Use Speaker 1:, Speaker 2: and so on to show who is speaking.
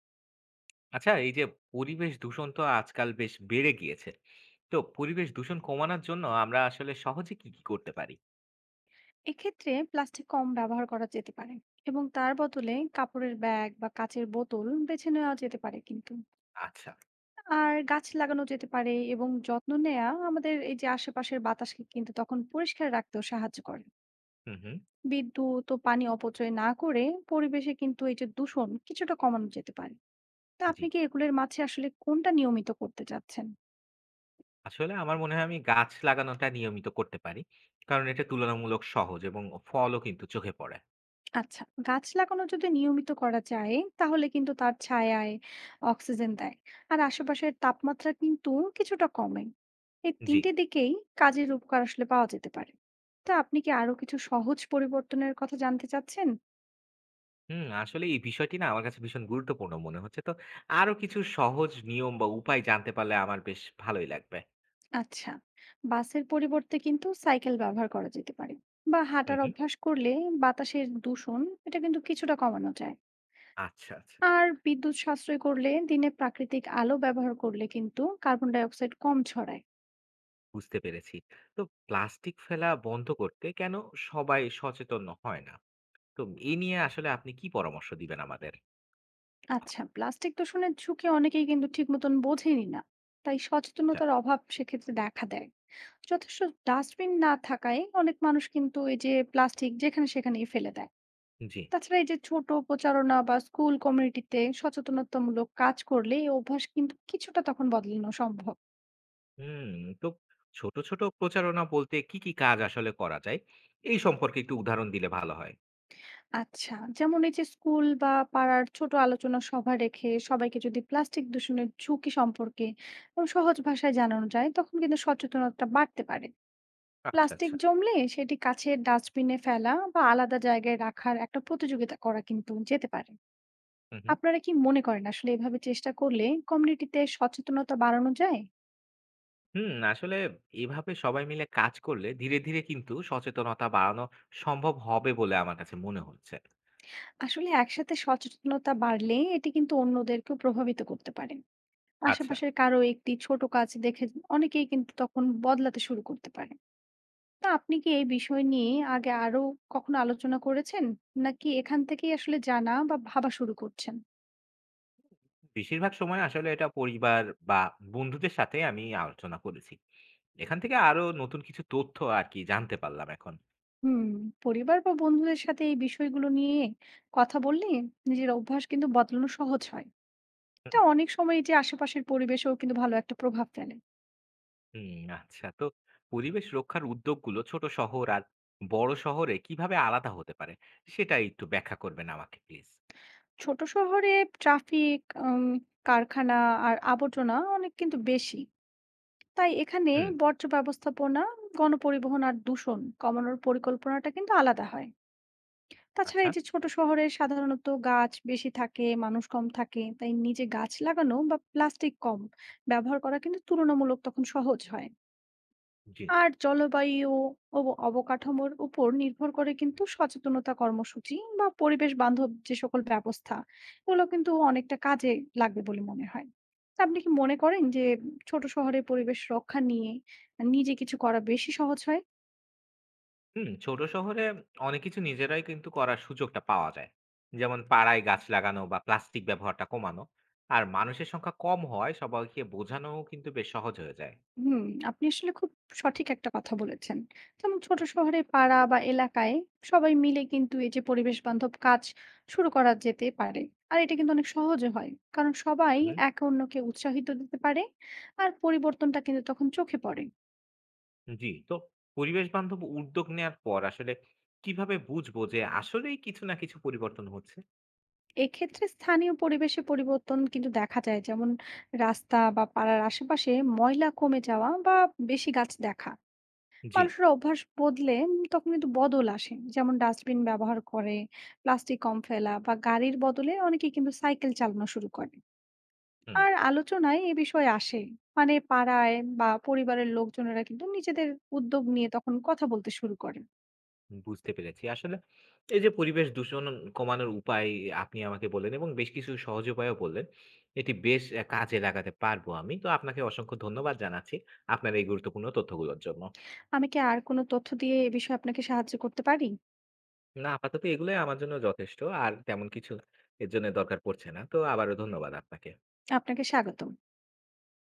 Speaker 1: আচ্ছা, এই যে পরিবেশ দূষণ তো আজকাল বেশ বেড়ে গিয়েছে। তো পরিবেশ দূষণ কমানোর জন্য আমরা আসলে সহজে কি, কি করতে পারি?
Speaker 2: এক্ষেত্রে প্লাস্টিক কম ব্যবহার করা যেতে পারে এবং তার বদলে কাপড়ের ব্যাগ বা কাঁচের বোতল বেছে নেওয়া যেতে পারে কিন্তু।
Speaker 1: আচ্ছা।
Speaker 2: আর গাছ লাগানো যেতে পারে এবং যত্ন নেওয়া আমাদের এই যে আশেপাশের বাতাসকে কিন্তু তখন পরিষ্কার রাখতেও সাহায্য করে।
Speaker 1: হুম, হুম।
Speaker 2: বিদ্যুৎ ও পানি অপচয় না করে পরিবেশে কিন্তু এই যে দূষণ কিছুটা কমানো যেতে পারে। তা
Speaker 1: জি।
Speaker 2: আপনি কি এগুলোর মাঝে আসলে কোনটা নিয়মিত করতে চাচ্ছেন?
Speaker 1: আসলে আমার মনে হয় আমি গাছ লাগানোটা নিয়মিত করতে পারি। কারণ এটা তুলনামূলক সহজ এবং ফলও কিন্তু চোখে পড়ে।
Speaker 2: আচ্ছা, গাছ লাগানো যদি নিয়মিত করা যায়, তাহলে কিন্তু তার ছায়ায় অক্সিজেন দেয়, আর আশেপাশের তাপমাত্রা কিন্তু কিছুটা কমে। এই
Speaker 1: জি।
Speaker 2: তিনটে দিকেই কাজের উপকার আসলে পাওয়া যেতে পারে। তা আপনি কি আরো কিছু সহজ পরিবর্তনের কথা জানতে চাচ্ছেন?
Speaker 1: হুম, আসলে এই বিষয়টি না আমার কাছে ভীষণ গুরুত্বপূর্ণ মনে হচ্ছে। তো আরো কিছু সহজ নিয়ম বা উপায় জানতে পারলে আমার বেশ ভালোই লাগবে।
Speaker 2: আচ্ছা, বাসের পরিবর্তে কিন্তু সাইকেল ব্যবহার করা যেতে পারে বা
Speaker 1: হুম,
Speaker 2: হাঁটার
Speaker 1: হুম।
Speaker 2: অভ্যাস করলে বাতাসের দূষণ এটা কিন্তু কিছুটা কমানো যায়।
Speaker 1: আচ্ছা, আচ্ছা।
Speaker 2: আর বিদ্যুৎ সাশ্রয় করলে দিনে প্রাকৃতিক আলো ব্যবহার করলে কিন্তু কার্বন ডাই অক্সাইড কম ছড়ায়।
Speaker 1: বুঝতে পেরেছি। তো প্লাস্টিক ফেলা বন্ধ করতে কেন সবাই সচেতন হয় না? তো এ নিয়ে আসলে আপনি কি পরামর্শ দিবেন আমাদের?
Speaker 2: আচ্ছা, প্লাস্টিক দূষণের ঝুঁকি অনেকেই কিন্তু ঠিক মতন বোঝেনি না, তাই
Speaker 1: আচ্ছা।
Speaker 2: সচেতনতার অভাব সেক্ষেত্রে দেখা দেয়। যথেষ্ট ডাস্টবিন না থাকায় অনেক মানুষ কিন্তু এই যে প্লাস্টিক যেখানে সেখানেই ফেলে দেয়।
Speaker 1: জি।
Speaker 2: তাছাড়া এই যে ছোট প্রচারণা বা স্কুল কমিউনিটিতে সচেতনতামূলক কাজ করলে এই অভ্যাস কিন্তু কিছুটা তখন বদলানো সম্ভব।
Speaker 1: হুম, তো ছোট, ছোট প্রচারণা বলতে কি, কি কাজ আসলে করা যায়? এই সম্পর্কে একটু উদাহরণ দিলে ভালো হয়।
Speaker 2: আচ্ছা, যেমন এই যে স্কুল বা পাড়ার ছোট আলোচনা সভা রেখে সবাইকে যদি প্লাস্টিক দূষণের ঝুঁকি সম্পর্কে এবং সহজ ভাষায় জানানো যায়, তখন কিন্তু সচেতনতা বাড়তে পারে।
Speaker 1: আচ্ছা,
Speaker 2: প্লাস্টিক
Speaker 1: আচ্ছা।
Speaker 2: জমলে সেটি কাছের ডাস্টবিনে ফেলা বা আলাদা জায়গায় রাখার একটা প্রতিযোগিতা করা কিন্তু যেতে পারে।
Speaker 1: হুম, হুম।
Speaker 2: আপনারা কি মনে করেন আসলে এভাবে চেষ্টা করলে কমিউনিটিতে সচেতনতা বাড়ানো যায়?
Speaker 1: হুম, আসলে এভাবে সবাই মিলে কাজ করলে ধীরে, ধীরে কিন্তু সচেতনতা বাড়ানো সম্ভব হবে বলে আমার কাছে মনে হচ্ছে।
Speaker 2: আসলে একসাথে সচেতনতা বাড়লে এটি কিন্তু অন্যদেরকেও প্রভাবিত করতে পারে।
Speaker 1: আচ্ছা।
Speaker 2: আশেপাশের কারো একটি ছোট কাজ দেখে অনেকেই কিন্তু তখন বদলাতে শুরু করতে পারে। তা আপনি কি এই বিষয় নিয়ে আগে আরো কখনো আলোচনা করেছেন, নাকি এখান থেকেই আসলে জানা বা ভাবা শুরু করছেন?
Speaker 1: বেশিরভাগ সময় আসলে এটা পরিবার বা বন্ধুদের সাথে আমি আলোচনা করেছি। এখান থেকে আরো নতুন কিছু তথ্য আর কি জানতে পারলাম এখন।
Speaker 2: হুম, পরিবার বা বন্ধুদের সাথে এই বিষয়গুলো নিয়ে কথা বললে নিজের অভ্যাস কিন্তু বদলানো সহজ হয়। এটা
Speaker 1: হুম,
Speaker 2: অনেক সময় এই যে আশেপাশের পরিবেশেও কিন্তু ভালো একটা প্রভাব ফেলে।
Speaker 1: হুম, আচ্ছা। তো পরিবেশ রক্ষার উদ্যোগগুলো ছোট শহর আর বড় শহরে কিভাবে আলাদা হতে পারে সেটা একটু ব্যাখ্যা করবেন আমাকে প্লিজ।
Speaker 2: ছোট শহরে ট্রাফিক, কারখানা আর আবর্জনা অনেক কিন্তু বেশি, তাই এখানে
Speaker 1: হুম,
Speaker 2: বর্জ্য ব্যবস্থাপনা, গণপরিবহন আর দূষণ কমানোর পরিকল্পনাটা কিন্তু আলাদা হয়। তাছাড়া
Speaker 1: আচ্ছা,
Speaker 2: এই যে ছোট শহরে সাধারণত গাছ বেশি থাকে, মানুষ কম থাকে, তাই নিজে গাছ লাগানো বা প্লাস্টিক কম ব্যবহার করা কিন্তু তুলনামূলক তখন সহজ হয়।
Speaker 1: জি।
Speaker 2: আর জলবায়ু ও অবকাঠামোর উপর নির্ভর করে কিন্তু সচেতনতা কর্মসূচি বা পরিবেশ বান্ধব যে সকল ব্যবস্থা, এগুলো কিন্তু অনেকটা কাজে লাগবে বলে মনে হয়। তা আপনি কি মনে করেন যে ছোট শহরে পরিবেশ রক্ষা নিয়ে নিজে কিছু করা বেশি সহজ হয়?
Speaker 1: হুম, ছোট শহরে অনেক কিছু নিজেরাই কিন্তু করার সুযোগটা পাওয়া যায়। যেমন পাড়ায় গাছ লাগানো বা প্লাস্টিক ব্যবহারটা কমানো। আর মানুষের সংখ্যা কম হয় সবাইকে বোঝানোও কিন্তু বেশ সহজ হয়ে যায়।
Speaker 2: হুম, আপনি আসলে খুব সঠিক একটা কথা বলেছেন। যেমন ছোট
Speaker 1: হুম,
Speaker 2: শহরে পাড়া বা এলাকায় সবাই মিলে কিন্তু এই যে পরিবেশ বান্ধব কাজ শুরু করা যেতে পারে। আর এটা কিন্তু অনেক সহজে হয়, কারণ সবাই
Speaker 1: হুম।
Speaker 2: একে অন্যকে উৎসাহিত দিতে পারে, আর পরিবর্তনটা কিন্তু তখন চোখে পড়ে।
Speaker 1: জি, তো পরিবেশ বান্ধব উদ্যোগ নেয়ার পর আসলে কিভাবে বুঝবো যে আসলেই কিছু না কিছু পরিবর্তন হচ্ছে?
Speaker 2: এক্ষেত্রে স্থানীয় পরিবেশে পরিবর্তন কিন্তু দেখা যায়, যেমন রাস্তা বা পাড়ার আশেপাশে ময়লা কমে যাওয়া বা বেশি গাছ দেখা।
Speaker 1: জি,
Speaker 2: মানুষের অভ্যাস বদলে তখন কিন্তু বদল আসে। যেমন ডাস্টবিন ব্যবহার করে, প্লাস্টিক কম ফেলা বা গাড়ির বদলে অনেকে কিন্তু সাইকেল চালানো শুরু করে।
Speaker 1: হুম,
Speaker 2: আর আলোচনায় এ বিষয়ে আসে। মানে পাড়ায় বা পরিবারের লোকজনেরা কিন্তু নিজেদের উদ্যোগ নিয়ে তখন কথা বলতে শুরু করে।
Speaker 1: বুঝতে পেরেছি। আসলে এই যে পরিবেশ দূষণ কমানোর উপায় আপনি আমাকে বললেন এবং বেশ কিছু সহজ উপায়ও বললেন। এটি বেশ কাজে লাগাতে পারবো আমি। তো আপনাকে অসংখ্য ধন্যবাদ জানাচ্ছি আপনার এই গুরুত্বপূর্ণ তথ্যগুলোর জন্য।
Speaker 2: আমি কি আর কোনো তথ্য দিয়ে এ বিষয়ে আপনাকে সাহায্য করতে পারি?
Speaker 1: না, আপাতত এগুলোই আমার জন্য যথেষ্ট। আর তেমন কিছু এর জন্য দরকার পড়ছে না। তো আবারও ধন্যবাদ আপনাকে।
Speaker 2: আপনাকে স্বাগতম।